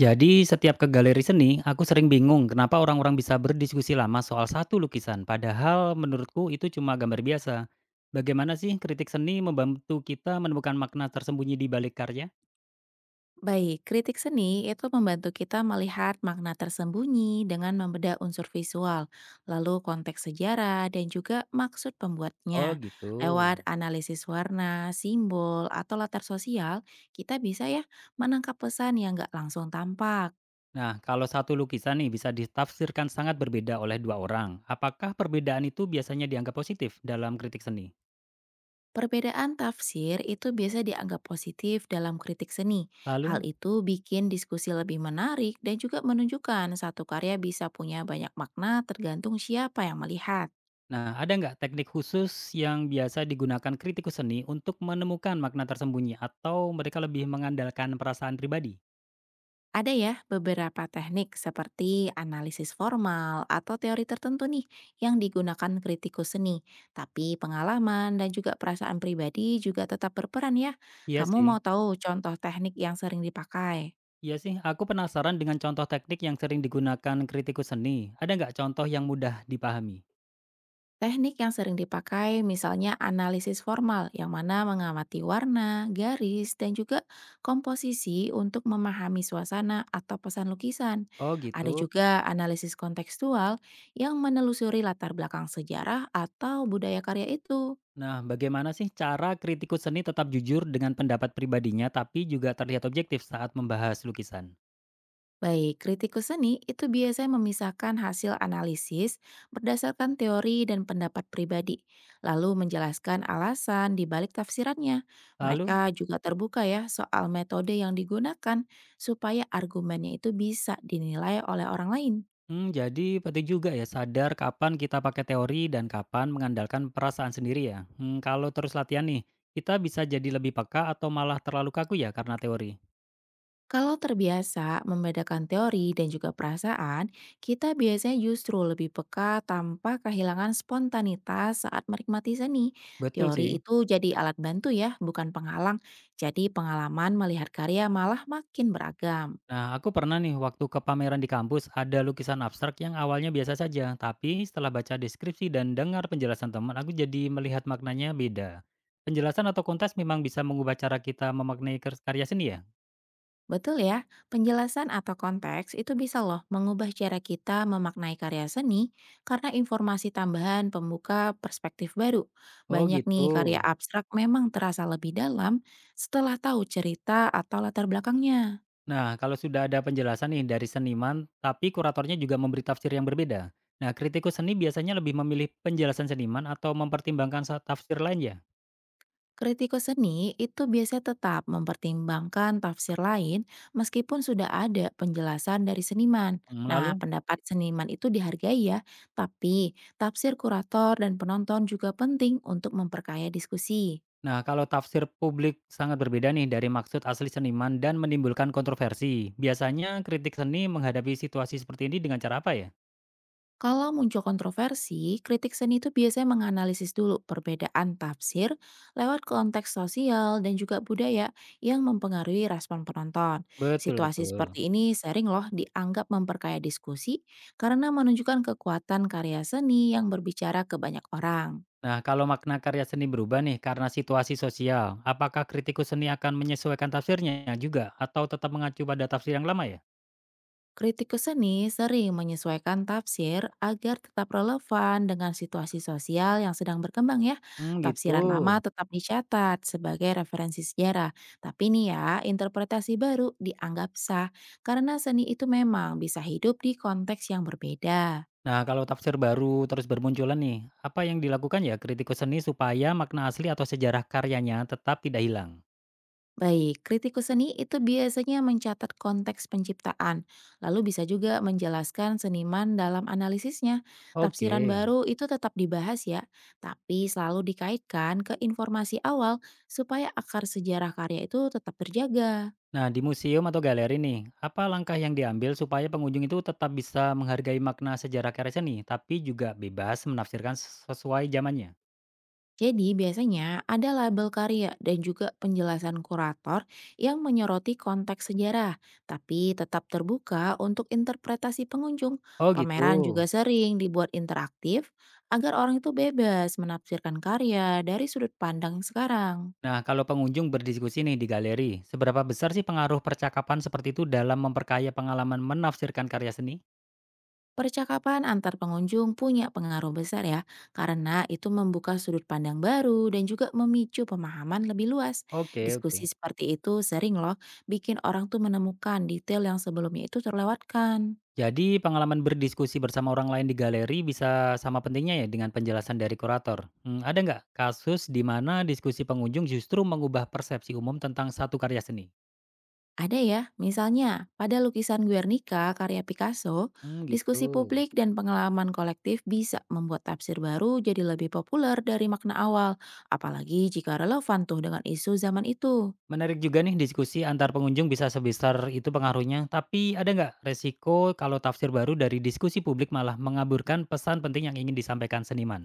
Jadi setiap ke galeri seni, aku sering bingung kenapa orang-orang bisa berdiskusi lama soal satu lukisan. Padahal menurutku itu cuma gambar biasa. Bagaimana sih kritik seni membantu kita menemukan makna tersembunyi di balik karya? Baik, kritik seni itu membantu kita melihat makna tersembunyi dengan membedah unsur visual, lalu konteks sejarah, dan juga maksud Oh pembuatnya. gitu. Lewat analisis warna, simbol, atau latar sosial, kita bisa ya menangkap pesan yang nggak langsung tampak. Nah, kalau satu lukisan nih bisa ditafsirkan sangat berbeda oleh dua orang. Apakah perbedaan itu biasanya dianggap positif dalam kritik seni? Perbedaan tafsir itu biasa dianggap positif dalam kritik seni. Hal Lalu, itu bikin diskusi lebih menarik dan juga menunjukkan satu karya bisa punya banyak makna tergantung siapa yang melihat. nah ada nggak teknik khusus yang biasa digunakan kritikus seni untuk menemukan makna tersembunyi atau mereka lebih mengandalkan perasaan pribadi? Ada ya beberapa teknik seperti analisis formal atau teori tertentu nih yang digunakan kritikus seni. Tapi pengalaman dan juga perasaan pribadi juga tetap berperan ya. Iya Kamu sih mau tahu contoh teknik yang sering dipakai? iya sih, aku penasaran dengan contoh teknik yang sering digunakan kritikus seni. Ada nggak contoh yang mudah dipahami? Teknik yang sering dipakai misalnya analisis formal yang mana mengamati warna, garis, dan juga komposisi untuk memahami suasana atau pesan lukisan. Oh Ada gitu. juga analisis kontekstual yang menelusuri latar belakang sejarah atau budaya karya itu. Nah, bagaimana sih cara kritikus seni tetap jujur dengan pendapat pribadinya tapi juga terlihat objektif saat membahas lukisan? Baik, kritikus seni itu biasanya memisahkan hasil analisis berdasarkan teori dan pendapat pribadi, lalu menjelaskan alasan di balik tafsirannya. Lalu, Mereka juga terbuka ya soal metode yang digunakan supaya argumennya itu bisa dinilai oleh orang lain. hmm, jadi penting juga ya sadar kapan kita pakai teori dan kapan mengandalkan perasaan sendiri ya. Hmm, kalau terus latihan nih, kita bisa jadi lebih peka atau malah terlalu kaku ya karena teori. Kalau terbiasa membedakan teori dan juga perasaan, kita biasanya justru lebih peka tanpa kehilangan spontanitas saat menikmati seni. Betul sih. Teori itu jadi alat bantu ya, bukan penghalang. Jadi pengalaman melihat karya malah makin beragam. Nah, aku pernah nih waktu ke pameran di kampus ada lukisan abstrak yang awalnya biasa saja, tapi setelah baca deskripsi dan dengar penjelasan teman, aku jadi melihat maknanya beda. Penjelasan atau kontes memang bisa mengubah cara kita memaknai karya seni ya? Betul ya, penjelasan atau konteks itu bisa loh mengubah cara kita memaknai karya seni karena informasi tambahan pembuka perspektif baru. Oh Banyak nih karya gitu. abstrak memang terasa lebih dalam setelah tahu cerita atau latar belakangnya. Nah, kalau sudah ada penjelasan nih dari seniman, tapi kuratornya juga memberi tafsir yang berbeda. Nah, kritikus seni biasanya lebih memilih penjelasan seniman atau mempertimbangkan tafsir lain ya? Kritikus seni itu biasanya tetap mempertimbangkan tafsir lain meskipun sudah ada penjelasan dari seniman. Hmm, Nah, lalu? pendapat seniman itu dihargai ya, tapi tafsir kurator dan penonton juga penting untuk memperkaya diskusi. Nah, kalau tafsir publik sangat berbeda nih dari maksud asli seniman dan menimbulkan kontroversi. Biasanya kritik seni menghadapi situasi seperti ini dengan cara apa ya? Kalau muncul kontroversi, kritik seni itu biasanya menganalisis dulu perbedaan tafsir lewat konteks sosial dan juga budaya yang mempengaruhi respon penonton. Betul, Situasi betul. seperti ini sering loh dianggap memperkaya diskusi karena menunjukkan kekuatan karya seni yang berbicara ke banyak orang. Nah, kalau makna karya seni berubah nih karena situasi sosial, apakah kritikus seni akan menyesuaikan tafsirnya juga atau tetap mengacu pada tafsir yang lama ya? Kritikus seni sering menyesuaikan tafsir agar tetap relevan dengan situasi sosial yang sedang berkembang ya. Hmm, gitu. Tafsiran lama tetap dicatat sebagai referensi sejarah. Tapi nih ya, interpretasi baru dianggap sah karena seni itu memang bisa hidup di konteks yang berbeda. Nah, kalau tafsir baru terus bermunculan nih, apa yang dilakukan ya kritikus seni supaya makna asli atau sejarah karyanya tetap tidak hilang? Baik, kritikus seni itu biasanya mencatat konteks penciptaan, lalu bisa juga menjelaskan seniman dalam analisisnya. Tafsiran Oke. baru itu tetap dibahas ya, tapi selalu dikaitkan ke informasi awal supaya akar sejarah karya itu tetap terjaga. Nah, di museum atau galeri nih, apa langkah yang diambil supaya pengunjung itu tetap bisa menghargai makna sejarah karya seni, tapi juga bebas menafsirkan sesuai zamannya? Jadi biasanya ada label karya dan juga penjelasan kurator yang menyoroti konteks sejarah, tapi tetap terbuka untuk interpretasi pengunjung. Oh gitu. Pameran juga sering dibuat interaktif agar orang itu bebas menafsirkan karya dari sudut pandang sekarang. Nah, kalau pengunjung berdiskusi nih di galeri, seberapa besar sih pengaruh percakapan seperti itu dalam memperkaya pengalaman menafsirkan karya seni? Percakapan antar pengunjung punya pengaruh besar ya, karena itu membuka sudut pandang baru dan juga memicu pemahaman lebih luas. Oke, Diskusi oke. seperti itu sering loh bikin orang tuh menemukan detail yang sebelumnya itu terlewatkan. Jadi pengalaman berdiskusi bersama orang lain di galeri bisa sama pentingnya ya dengan penjelasan dari kurator. Hmm, ada nggak kasus di mana diskusi pengunjung justru mengubah persepsi umum tentang satu karya seni? Ada ya, misalnya pada lukisan Guernica karya Picasso, Mmm, gitu. diskusi publik dan pengalaman kolektif bisa membuat tafsir baru jadi lebih populer dari makna awal, apalagi jika relevan tuh dengan isu zaman itu. Menarik juga nih diskusi antar pengunjung bisa sebesar itu pengaruhnya. Tapi ada nggak resiko kalau tafsir baru dari diskusi publik malah mengaburkan pesan penting yang ingin disampaikan seniman?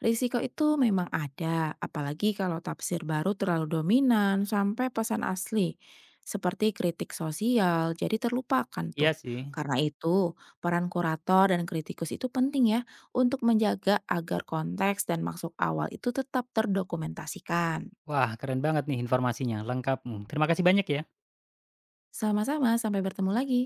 Risiko itu memang ada, apalagi kalau tafsir baru terlalu dominan sampai pesan asli, seperti kritik sosial, jadi terlupakan tuh. Iya sih. Karena itu, peran kurator dan kritikus itu penting ya untuk menjaga agar konteks dan maksud awal itu tetap terdokumentasikan. Wah, keren banget nih informasinya, lengkap, terima kasih banyak ya. Sama-sama, sampai bertemu lagi.